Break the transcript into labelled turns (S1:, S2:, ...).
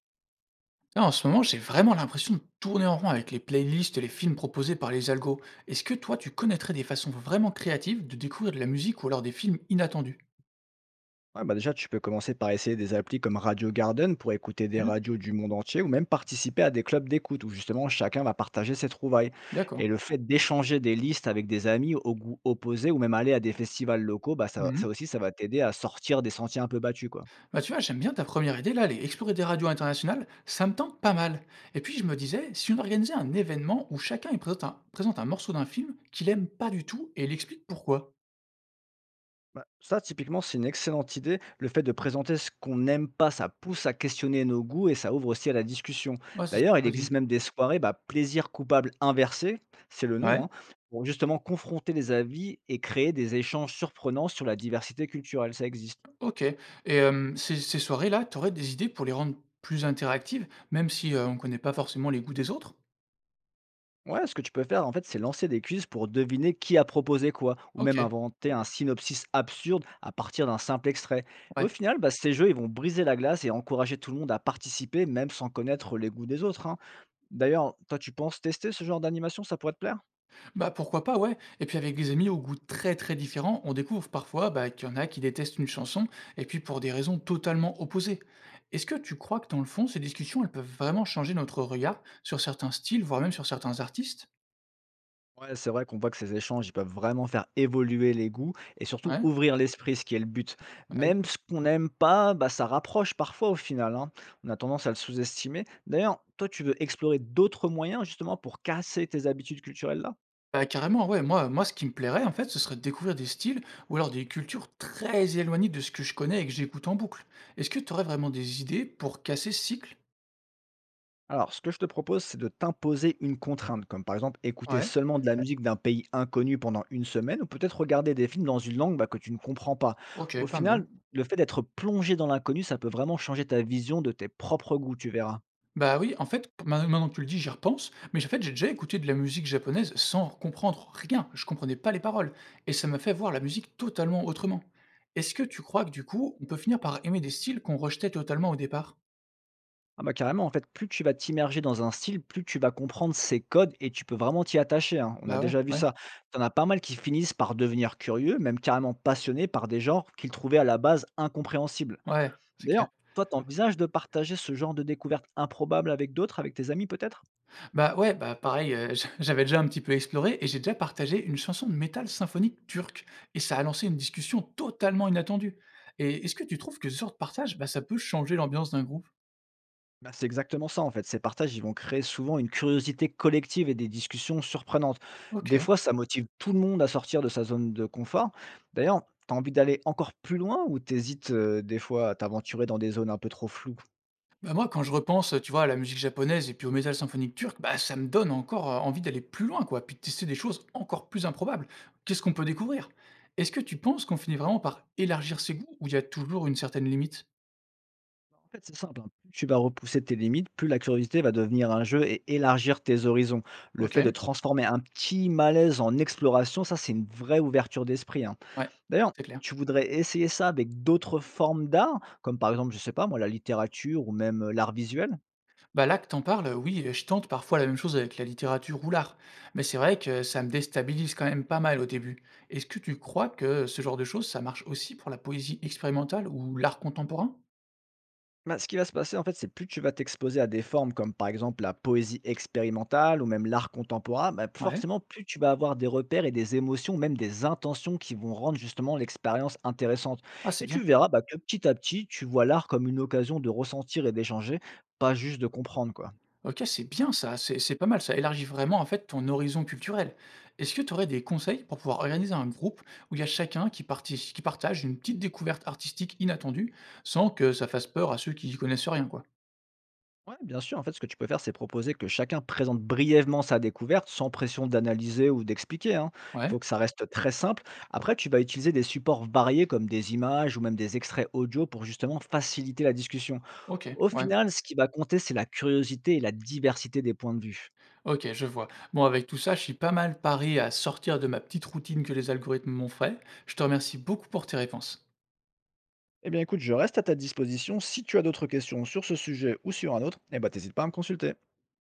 S1: Là, en ce moment, j'ai vraiment l'impression de tourner en rond avec les playlists et les films proposés par les algos. Est-ce que toi, tu connaîtrais des façons vraiment créatives de découvrir de la musique ou alors des films inattendus?
S2: Ouais, bah déjà, tu peux commencer par essayer des applis comme Radio Garden pour écouter des
S1: Ok,
S2: radios du monde entier ou même participer à des clubs d'écoute où justement chacun va partager ses trouvailles.
S1: d'accord.
S2: Et le fait d'échanger des listes avec des amis au goût opposé ou même aller à des festivals locaux, bah ça,
S1: Mhm.
S2: ça aussi, ça va t'aider à sortir des sentiers un peu battus, quoi.
S1: Bah tu vois, j'aime bien ta première idée là, aller explorer des radios internationales, ça me tente pas mal. Et puis je me disais, si on organisait un événement où chacun il présente un morceau d'un film qu'il aime pas du tout et il explique pourquoi.
S2: Bah, ça, typiquement, c'est une excellente idée. Le fait de présenter ce qu'on n'aime pas, ça pousse à questionner nos goûts et ça ouvre aussi à la discussion.
S1: Ouais, c'est ce
S2: D'ailleurs, il
S1: que je me
S2: existe
S1: dis.
S2: même des soirées, bah, plaisir coupable inversé, c'est le nom,
S1: Ouais.
S2: hein, pour justement confronter les avis et créer des échanges surprenants sur la diversité culturelle. Ça existe.
S1: OK et ces soirées-là, tu aurais des idées pour les rendre plus interactives, même si, on ne connaît pas forcément les goûts des autres?
S2: Ouais, ce que tu peux faire, en fait, c'est lancer des quiz pour deviner qui a proposé quoi, ou même
S1: OK,
S2: inventer un synopsis absurde à partir d'un simple extrait. Au
S1: ouais.
S2: final, bah, ces jeux, ils vont briser la glace et encourager tout le monde à participer, même sans connaître les goûts des autres, hein. D'ailleurs, toi, tu penses tester ce genre d'animation, ça pourrait te plaire?
S1: Bah, pourquoi pas, ouais, et puis avec des amis aux goûts très, très différents, on découvre parfois, bah, qu'il y en a qui détestent une chanson et puis pour des raisons totalement opposées. Est-ce que tu crois que dans le fond, ces discussions, elles peuvent vraiment changer notre regard sur certains styles, voire même sur certains artistes?
S2: Ouais, c'est vrai qu'on voit que ces échanges, ils peuvent vraiment faire évoluer les goûts et surtout
S1: Ouais,
S2: ouvrir l'esprit, ce qui est le but.
S1: ouais.
S2: Même ce qu'on n'aime pas, bah, ça rapproche parfois au final, hein. On a tendance à le sous-estimer. D'ailleurs, toi, tu veux explorer d'autres moyens justement pour casser tes habitudes culturelles-là?
S1: Bah, carrément, ouais, moi ce qui me plairait en fait, ce serait de découvrir des styles ou alors des cultures très éloignées de ce que je connais et que j'écoute en boucle. Est-ce que tu aurais vraiment des idées pour casser ce cycle?
S2: Alors, ce que je te propose, c'est de t'imposer une contrainte, comme par exemple écouter
S1: Ouais,
S2: seulement de la Ouais. musique d'un pays inconnu pendant une semaine, ou peut-être regarder des films dans une langue bah, que tu ne comprends pas. Au
S1: OK, pas mal.
S2: final, le fait d'être plongé dans l'inconnu, ça peut vraiment changer ta vision de tes propres goûts, tu verras.
S1: Bah oui, en fait, p maintenant que tu le dis, j'y repense, mais en fait, j'ai déjà écouté de la musique japonaise sans comprendre rien, je comprenais pas les paroles et ça m'a fait voir la musique totalement autrement. Est-ce que tu crois que du coup, on peut finir par aimer des styles qu'on rejetait totalement au départ?
S2: Ah bah carrément, en fait, plus tu vas t'immerger dans un style, plus tu vas comprendre ses codes et tu peux vraiment t'y attacher, hein. On a
S1: Bah ouais,
S2: déjà vu
S1: ouais,
S2: ça. T'en as pas mal qui finissent par devenir curieux, même carrément passionnés par des genres qu'ils trouvaient à la base incompréhensibles.
S1: ouais, c'est clair.
S2: D'ailleurs, toi, tu envisages de partager ce genre de découverte improbable avec d'autres, avec tes amis peut-être?
S1: Bah, ouais, bah, pareil, j'avais déjà un petit peu exploré et j'ai déjà partagé une chanson de métal symphonique turque et ça a lancé une discussion totalement inattendue, et est-ce que tu trouves que ce genre de partage, bah, ça peut changer l'ambiance d'un groupe?
S2: Bah, c'est exactement ça en fait. Ces partages, ils vont créer souvent une curiosité collective et des discussions surprenantes. Des
S1: OK.
S2: fois, ça motive tout le monde à sortir de sa zone de confort. D'ailleurs, t'as envie d'aller encore plus loin ou t'hésites des fois à t'aventurer dans des zones un peu trop floues?
S1: Bah, moi, quand je repense, tu vois, à la musique japonaise et puis au métal symphonique turc, bah, ça me donne encore, envie d'aller plus loin, quoi, puis de tester des choses encore plus improbables. Qu'est-ce qu'on peut découvrir? Est-ce que tu penses qu'on finit vraiment par élargir ses goûts ou il y a toujours une certaine limite?
S2: Bah, en fait, c'est simple, hein. Plus tu vas repousser tes limites, plus la curiosité va devenir un jeu et élargir tes horizons. Le fait de
S1: OK,
S2: transformer un petit malaise en exploration, ça, c'est une vraie ouverture d'esprit, hein.
S1: ouais,
S2: D'ailleurs,
S1: c'est clair.
S2: tu voudrais essayer ça avec d'autres formes d'art, comme par exemple, je sais pas, moi, la littérature ou même l'art visuel.
S1: Bah là que t'en parles, oui, je tente parfois la même chose avec la littérature ou l'art. Mais c'est vrai que ça me déstabilise quand même pas mal au début. Est-ce que tu crois que ce genre de choses, ça marche aussi pour la poésie expérimentale ou l'art contemporain?
S2: Bah, ce qui va se passer, en fait, c'est plus tu vas t'exposer à des formes comme par exemple la poésie expérimentale ou même l'art contemporain, bah,
S1: Ouais.
S2: forcément, plus tu vas avoir des repères et des émotions, même des intentions qui vont rendre justement l'expérience intéressante.
S1: Ah,
S2: Et
S1: c'est bien.
S2: tu verras bah, que petit à petit, tu vois l'art comme une occasion de ressentir et d'échanger, pas juste de comprendre, quoi.
S1: OK, c'est bien ça, c'est pas mal, ça élargit vraiment en fait ton horizon culturel. Est-ce que tu aurais des conseils pour pouvoir organiser un groupe où il y a chacun qui partici qui partage une petite découverte artistique inattendue, sans que ça fasse peur à ceux qui y connaissent rien quoi?
S2: Ouais, bien sûr. En fait, ce que tu peux faire, c'est proposer que chacun présente brièvement sa découverte sans pression d'analyser ou d'expliquer, hein. Il
S1: Ouais,
S2: faut que ça reste très simple. Après, tu vas utiliser des supports variés comme des images ou même des extraits audio pour justement faciliter la discussion.
S1: OK,
S2: Au
S1: ouais.
S2: final, ce qui va compter, c'est la curiosité et la diversité des points de vue.
S1: Ok, je vois. Bon, avec tout ça, je suis pas mal paré à sortir de ma petite routine que les algorithmes m'ont fait. Je te remercie beaucoup pour tes réponses.
S2: Eh bien écoute, je reste à ta disposition. Si tu as d'autres questions sur ce sujet ou sur un autre, eh ben, t'hésites pas à me consulter.